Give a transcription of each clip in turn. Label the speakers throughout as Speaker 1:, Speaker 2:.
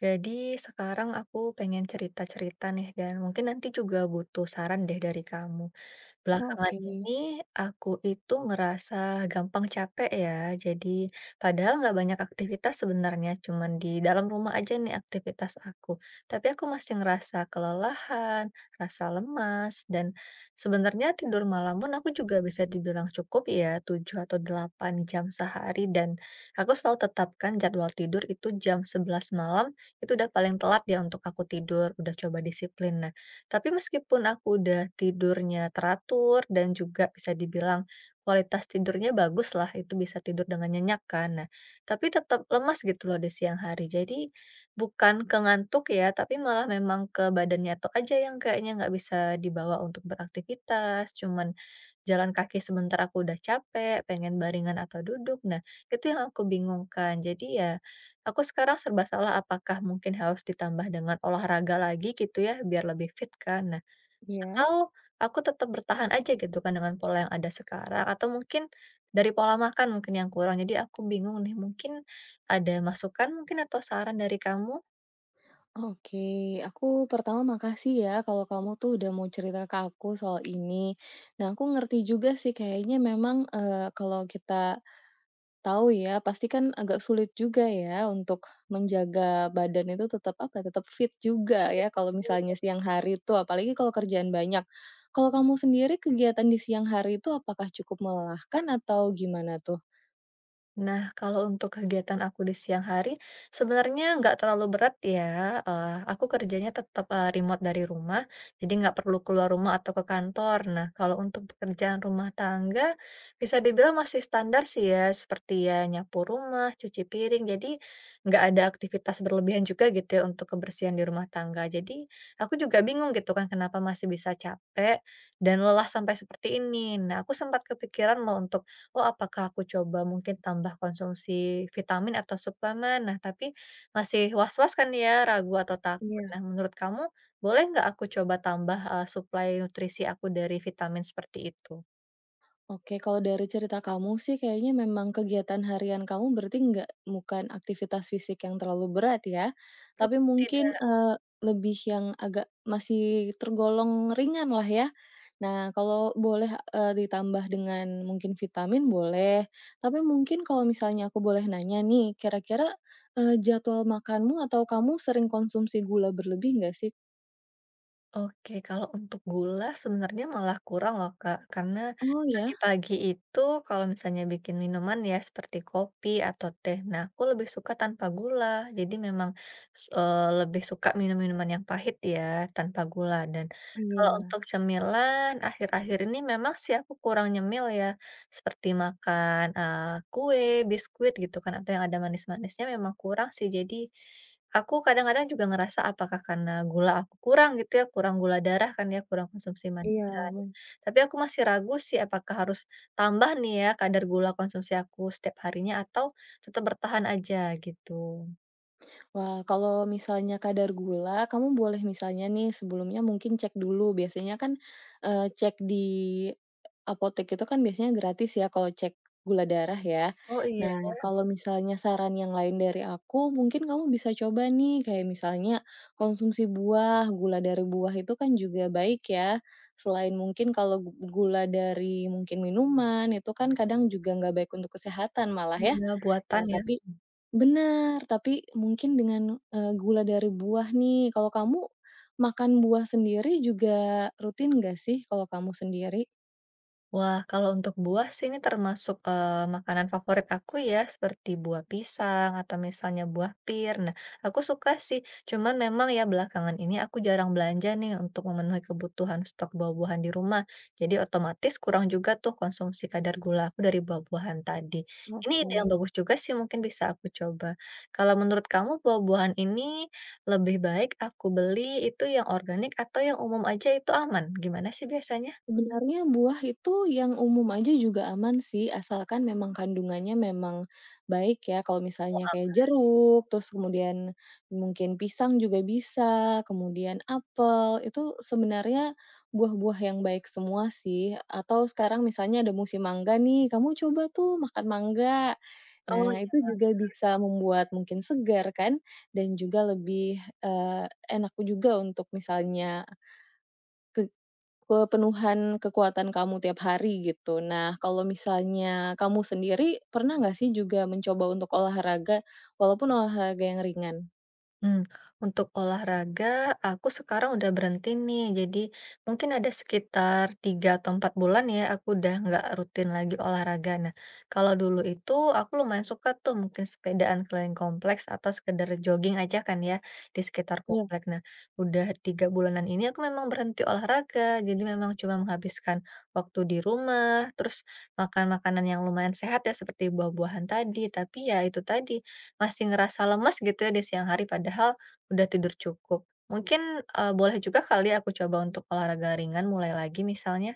Speaker 1: Jadi sekarang aku pengen cerita-cerita nih dan mungkin nanti juga butuh saran deh dari kamu.
Speaker 2: Oh,
Speaker 1: Belakangan
Speaker 2: oke.
Speaker 1: ini aku itu ngerasa gampang capek ya. Jadi padahal nggak banyak aktivitas sebenarnya, cuman di dalam rumah aja nih aktivitas aku. Tapi aku masih ngerasa kelelahan, rasa lemas, dan sebenarnya tidur malam pun aku juga bisa dibilang cukup ya, 7 atau 8 jam sehari. Dan aku selalu tetapkan jadwal tidur itu jam 11 malam, itu udah paling telat ya untuk aku tidur, udah coba disiplin. Nah, tapi meskipun aku udah tidurnya teratur dan juga bisa dibilang kualitas tidurnya bagus lah, itu bisa tidur dengan nyenyak kan. Nah, tapi tetap lemas gitu loh di siang hari. Jadi bukan ke ngantuk ya, tapi malah memang ke badannya tuh aja yang kayaknya nggak bisa dibawa untuk beraktivitas, cuman jalan kaki sebentar aku udah capek, pengen baringan atau duduk. Nah, itu yang aku bingungkan. Jadi ya, aku sekarang serba salah apakah mungkin harus ditambah dengan olahraga lagi gitu ya, biar lebih fit kan. Nah, atau
Speaker 2: Ya,
Speaker 1: aku tetap bertahan aja gitu kan dengan pola yang ada sekarang, atau mungkin dari pola makan mungkin yang kurang. Jadi aku bingung nih, mungkin ada masukan mungkin atau saran dari kamu?
Speaker 2: oke. Aku pertama makasih ya kalau kamu tuh udah mau cerita ke aku soal ini. Nah, aku ngerti juga sih kayaknya memang, kalau kita tahu ya, pasti kan agak sulit juga ya untuk menjaga badan itu tetap, apa, tetap fit juga
Speaker 1: Iya
Speaker 2: ya kalau
Speaker 1: betul.
Speaker 2: misalnya siang hari tuh, apalagi kalau kerjaan banyak. Kalau kamu sendiri kegiatan di siang hari itu apakah cukup melelahkan atau gimana
Speaker 1: Nah, kalau untuk kegiatan aku di siang hari, sebenarnya nggak terlalu berat ya, aku kerjanya tetap, remote dari rumah, jadi nggak perlu keluar rumah atau ke kantor. Nah, kalau untuk pekerjaan rumah tangga, bisa dibilang masih standar sih ya, seperti ya nyapu rumah, cuci piring, jadi nggak ada aktivitas berlebihan juga gitu ya untuk kebersihan di rumah tangga. Jadi, aku juga bingung gitu kan kenapa masih bisa capek dan lelah sampai seperti ini. Nah, aku sempat kepikiran mau untuk, oh, apakah aku coba mungkin tambah konsumsi vitamin atau suplemen? Nah, tapi masih was-was kan ya, ragu atau takut.
Speaker 2: tuh?
Speaker 1: Nah, menurut kamu boleh nggak aku coba tambah, suplai nutrisi aku dari vitamin seperti itu?
Speaker 2: Oke, kalau dari cerita kamu sih kayaknya memang kegiatan harian kamu berarti nggak bukan aktivitas fisik yang terlalu berat ya,
Speaker 1: Hmm,
Speaker 2: tapi mungkin,
Speaker 1: tidak.
Speaker 2: lebih yang agak masih tergolong ringan lah ya. Nah, kalau boleh, ditambah dengan mungkin vitamin boleh, tapi mungkin kalau misalnya aku boleh nanya nih, kira-kira, jadwal makanmu atau kamu sering konsumsi gula berlebih nggak sih?
Speaker 1: Oke, kalau untuk gula sebenarnya malah kurang loh, Kak. Karena
Speaker 2: Oh ya?
Speaker 1: Pagi-pagi itu kalau misalnya bikin minuman ya seperti kopi atau teh, nah aku lebih suka tanpa gula. Jadi memang, lebih suka minum-minuman yang pahit ya, tanpa gula. Dan kalau
Speaker 2: Iya,
Speaker 1: untuk cemilan, akhir-akhir ini memang sih aku kurang nyemil ya, seperti makan, kue, biskuit gitu kan, atau yang ada manis-manisnya memang kurang sih. Jadi aku kadang-kadang juga ngerasa apakah karena gula aku kurang gitu ya, kurang gula darah kan ya, kurang konsumsi
Speaker 2: iya.
Speaker 1: manisan. Tapi aku masih ragu sih apakah harus tambah nih ya kadar gula konsumsi aku setiap harinya atau tetap bertahan aja gitu.
Speaker 2: Wah, kalau misalnya kadar gula, kamu boleh misalnya nih sebelumnya mungkin cek dulu. Biasanya kan, cek di apotek itu kan biasanya gratis ya kalau cek gula darah ya.
Speaker 1: Oh iya,
Speaker 2: Nah, kalau misalnya saran yang lain dari aku, mungkin kamu bisa coba nih kayak misalnya konsumsi buah, gula dari buah itu kan juga baik ya. Selain mungkin kalau gula dari mungkin minuman, itu kan kadang juga nggak baik untuk kesehatan malah ya.
Speaker 1: gula buatan
Speaker 2: Nah,
Speaker 1: ya.
Speaker 2: tapi bener, tapi mungkin dengan, gula dari buah nih. Kalau kamu makan buah sendiri juga rutin nggak sih kalau kamu sendiri?
Speaker 1: Wah, kalau untuk buah sih ini termasuk, makanan favorit aku ya, seperti buah pisang atau misalnya buah pir. Nah, aku suka sih, cuman memang ya belakangan ini aku jarang belanja nih untuk memenuhi kebutuhan stok buah-buahan di rumah. Jadi otomatis kurang juga tuh konsumsi kadar gula aku dari buah-buahan tadi. Ini
Speaker 2: Oke.
Speaker 1: ide yang bagus juga sih mungkin bisa aku coba. Kalau menurut kamu buah-buahan ini lebih baik aku beli itu yang organik atau yang umum aja itu aman? Gimana sih biasanya?
Speaker 2: Sebenarnya buah itu yang umum aja juga aman sih, asalkan memang kandungannya memang baik ya. Kalau
Speaker 1: Oh,
Speaker 2: misalnya
Speaker 1: am
Speaker 2: kayak jeruk, terus kemudian mungkin pisang juga bisa, kemudian apel, itu sebenarnya buah-buah yang baik semua sih. Atau sekarang misalnya ada musim mangga nih, kamu coba tuh makan mangga.
Speaker 1: Oh.
Speaker 2: Nah, itu juga bisa membuat mungkin segar kan, dan juga lebih, enak juga untuk misalnya ke kepenuhan kekuatan kamu tiap hari gitu. Nah, kalau misalnya kamu sendiri pernah nggak sih juga mencoba untuk olahraga, walaupun olahraga yang ringan?
Speaker 1: Mmm, untuk olahraga aku sekarang udah berhenti nih, jadi mungkin ada sekitar 3 atau 4 bulan ya aku udah nggak rutin lagi olahraga. Nah, kalau dulu itu aku lumayan suka tuh mungkin sepedaan keliling kompleks atau sekedar jogging aja kan ya di sekitar
Speaker 2: Iya,
Speaker 1: komplek. Nah, udah 3 bulanan ini aku memang berhenti olahraga, jadi memang cuma menghabiskan waktu di rumah, terus makan makanan yang lumayan sehat ya seperti buah-buahan tadi. Tapi ya itu tadi, masih ngerasa lemas gitu ya di siang hari padahal udah tidur cukup. Mungkin, boleh juga kali aku coba untuk olahraga ringan mulai lagi misalnya?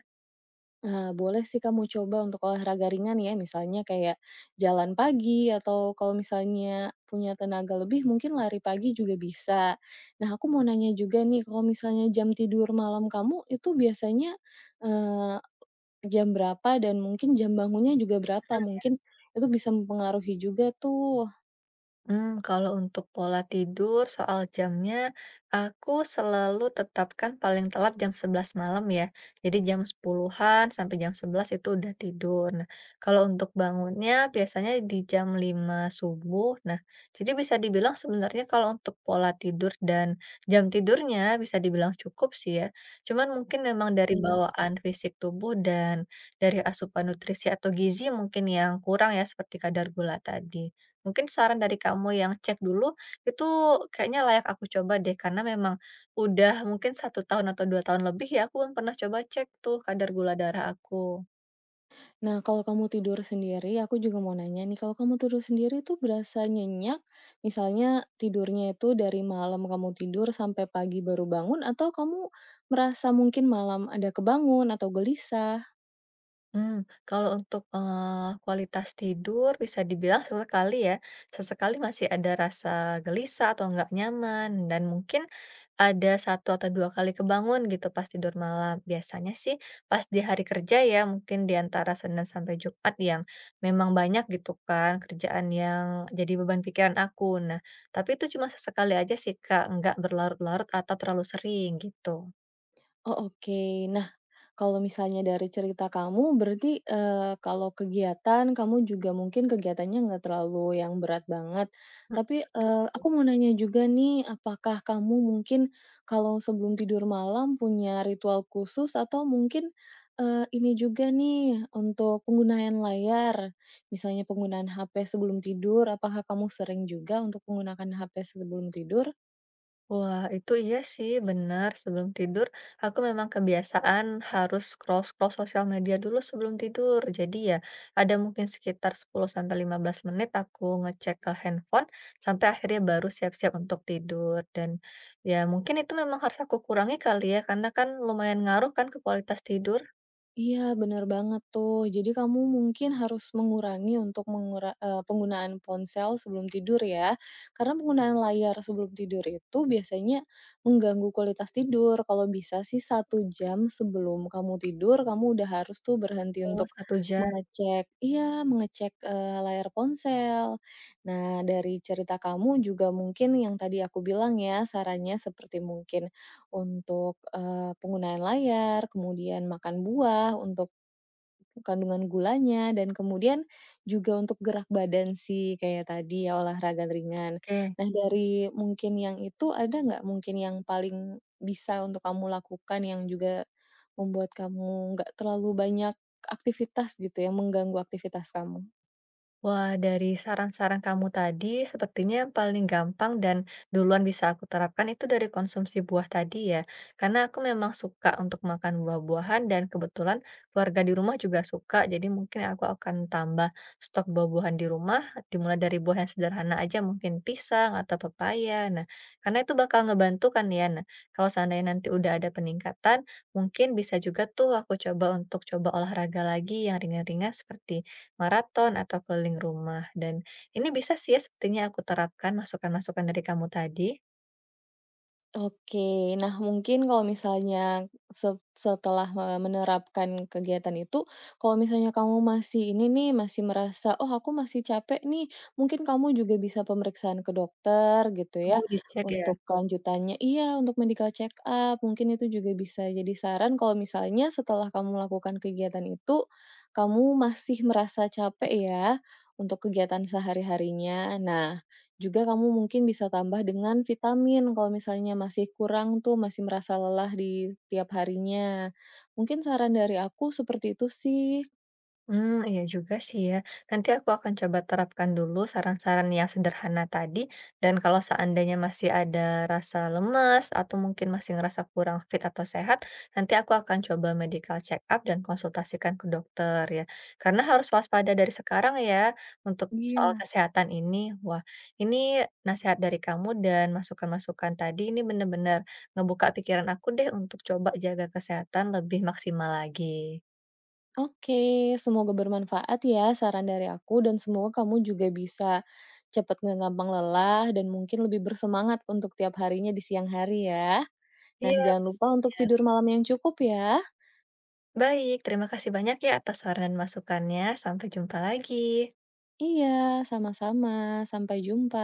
Speaker 2: boleh sih kamu coba untuk olahraga ringan ya, misalnya kayak jalan pagi atau kalau misalnya punya tenaga lebih mungkin lari pagi juga bisa. Nah, aku mau nanya juga nih, kalau misalnya jam tidur malam kamu itu biasanya, eh, jam berapa dan mungkin jam bangunnya juga berapa, mungkin itu bisa mempengaruhi juga tuh.
Speaker 1: Kalau untuk pola tidur soal jamnya, aku selalu tetapkan paling telat jam 11 malam ya. Jadi jam sepuluhan sampai jam 11 itu udah tidur. Nah, kalau untuk bangunnya biasanya di jam 5 subuh. Nah, jadi bisa dibilang sebenarnya kalau untuk pola tidur dan jam tidurnya bisa dibilang cukup sih ya. Cuman mungkin memang dari
Speaker 2: Mhm.
Speaker 1: bawaan fisik tubuh dan dari asupan nutrisi atau gizi mungkin yang kurang ya seperti kadar gula tadi. Mungkin saran dari kamu yang cek dulu, itu kayaknya layak aku coba deh, karena memang udah mungkin 1 tahun atau 2 tahun lebih ya, aku belum pernah coba cek tuh kadar gula darah aku.
Speaker 2: Nah, kalau kamu tidur sendiri, aku juga mau nanya nih, kalau kamu tidur sendiri tuh berasa nyenyak, misalnya tidurnya itu dari malam kamu tidur sampai pagi baru bangun atau kamu merasa mungkin malam ada kebangun atau gelisah?
Speaker 1: Kalau untuk, kualitas tidur bisa dibilang sesekali ya, sesekali masih ada rasa gelisah atau nggak nyaman dan mungkin ada 1 atau 2 kali kebangun gitu pas tidur malam. Biasanya sih pas di hari kerja ya mungkin di antara Senin sampai Jumat yang memang banyak gitu kan kerjaan yang jadi beban pikiran aku. Nah, tapi itu cuma sesekali aja sih Kak, nggak berlarut-larut atau terlalu sering gitu.
Speaker 2: Oh, oke. Nah, kalau misalnya dari cerita kamu berarti, kalau kegiatan kamu juga mungkin kegiatannya nggak terlalu yang berat banget. Tapi, aku mau nanya juga nih, apakah kamu mungkin kalau sebelum tidur malam punya ritual khusus atau mungkin, ini juga nih untuk penggunaan layar, misalnya penggunaan HP sebelum tidur, apakah kamu sering juga untuk menggunakan HP sebelum tidur?
Speaker 1: Wah, itu iya sih, benar. Sebelum tidur, aku memang kebiasaan harus scroll-scroll sosial media dulu sebelum tidur. Jadi ya, ada mungkin sekitar 10-15 menit aku ngecek ke handphone, sampai akhirnya baru siap-siap untuk tidur. Dan ya mungkin itu memang harus aku kurangi kali ya, karena kan lumayan ngaruh kan ke kualitas tidur.
Speaker 2: Iya, benar banget tuh. Jadi kamu mungkin harus mengurangi untuk penggunaan ponsel sebelum tidur ya. Karena penggunaan layar sebelum tidur itu biasanya mengganggu kualitas tidur. Kalau bisa sih satu jam sebelum kamu tidur, kamu udah harus tuh berhenti
Speaker 1: Oh,
Speaker 2: untuk
Speaker 1: 1 jam,
Speaker 2: mengecek, layar ponsel. Nah, dari cerita kamu juga mungkin yang tadi aku bilang ya, sarannya seperti mungkin untuk, penggunaan layar, kemudian makan buah untuk kandungan gulanya, dan kemudian juga untuk gerak badan sih kayak tadi ya olahraga ringan.
Speaker 1: oke.
Speaker 2: Nah dari mungkin yang itu ada nggak mungkin yang paling bisa untuk kamu lakukan yang juga membuat kamu nggak terlalu banyak aktivitas gitu yang mengganggu aktivitas kamu?
Speaker 1: Wah, dari saran-saran kamu tadi, sepertinya yang paling gampang dan duluan bisa aku terapkan itu dari konsumsi buah tadi ya. Karena aku memang suka untuk makan buah-buahan dan kebetulan keluarga di rumah juga suka. Jadi mungkin aku akan tambah stok buah-buahan di rumah, dimulai dari buah yang sederhana aja, mungkin pisang atau pepaya. Nah, karena itu bakal ngebantu kan ya. Nah, kalau seandainya nanti udah ada peningkatan, mungkin bisa juga tuh aku coba untuk coba olahraga lagi yang ringan-ringan seperti maraton atau keliling rumah dan ini bisa sih ya sepertinya aku terapkan masukan-masukan dari kamu tadi.
Speaker 2: Oke. Nah, mungkin kalau misalnya setelah, menerapkan kegiatan itu, kalau misalnya kamu masih ini nih, masih merasa, "Oh, aku masih capek nih," mungkin kamu juga bisa pemeriksaan ke dokter gitu
Speaker 1: Oh,
Speaker 2: ya,
Speaker 1: dicek ya?
Speaker 2: untuk kelanjutannya iya, untuk medical check up, mungkin itu juga bisa jadi saran kalau misalnya setelah kamu melakukan kegiatan itu, kamu masih merasa capek ya, untuk kegiatan sehari-harinya. Nah juga kamu mungkin bisa tambah dengan vitamin kalau misalnya masih kurang tuh, masih merasa lelah di tiap harinya. Mungkin saran dari aku seperti itu sih.
Speaker 1: Iya juga sih ya. Nanti aku akan coba terapkan dulu saran-saran yang sederhana tadi, dan kalau seandainya masih ada rasa lemas atau mungkin masih ngerasa kurang fit atau sehat, nanti aku akan coba medical check up dan konsultasikan ke dokter ya. Karena harus waspada dari sekarang ya untuk soal
Speaker 2: Iya.
Speaker 1: kesehatan ini. Wah, ini nasihat dari kamu dan masukan-masukan tadi ini benar-benar ngebuka pikiran aku deh untuk coba jaga kesehatan lebih maksimal lagi.
Speaker 2: Oke, semoga bermanfaat ya saran dari aku dan semoga kamu juga bisa cepat nggak gampang lelah dan mungkin lebih bersemangat untuk tiap harinya di siang hari ya. Nah,
Speaker 1: Iya.
Speaker 2: jangan lupa
Speaker 1: Pasti.
Speaker 2: untuk tidur malam yang cukup ya.
Speaker 1: Baik, terima kasih banyak ya atas saran dan masukannya. Sampai jumpa lagi.
Speaker 2: Iya, sama-sama. Sampai jumpa.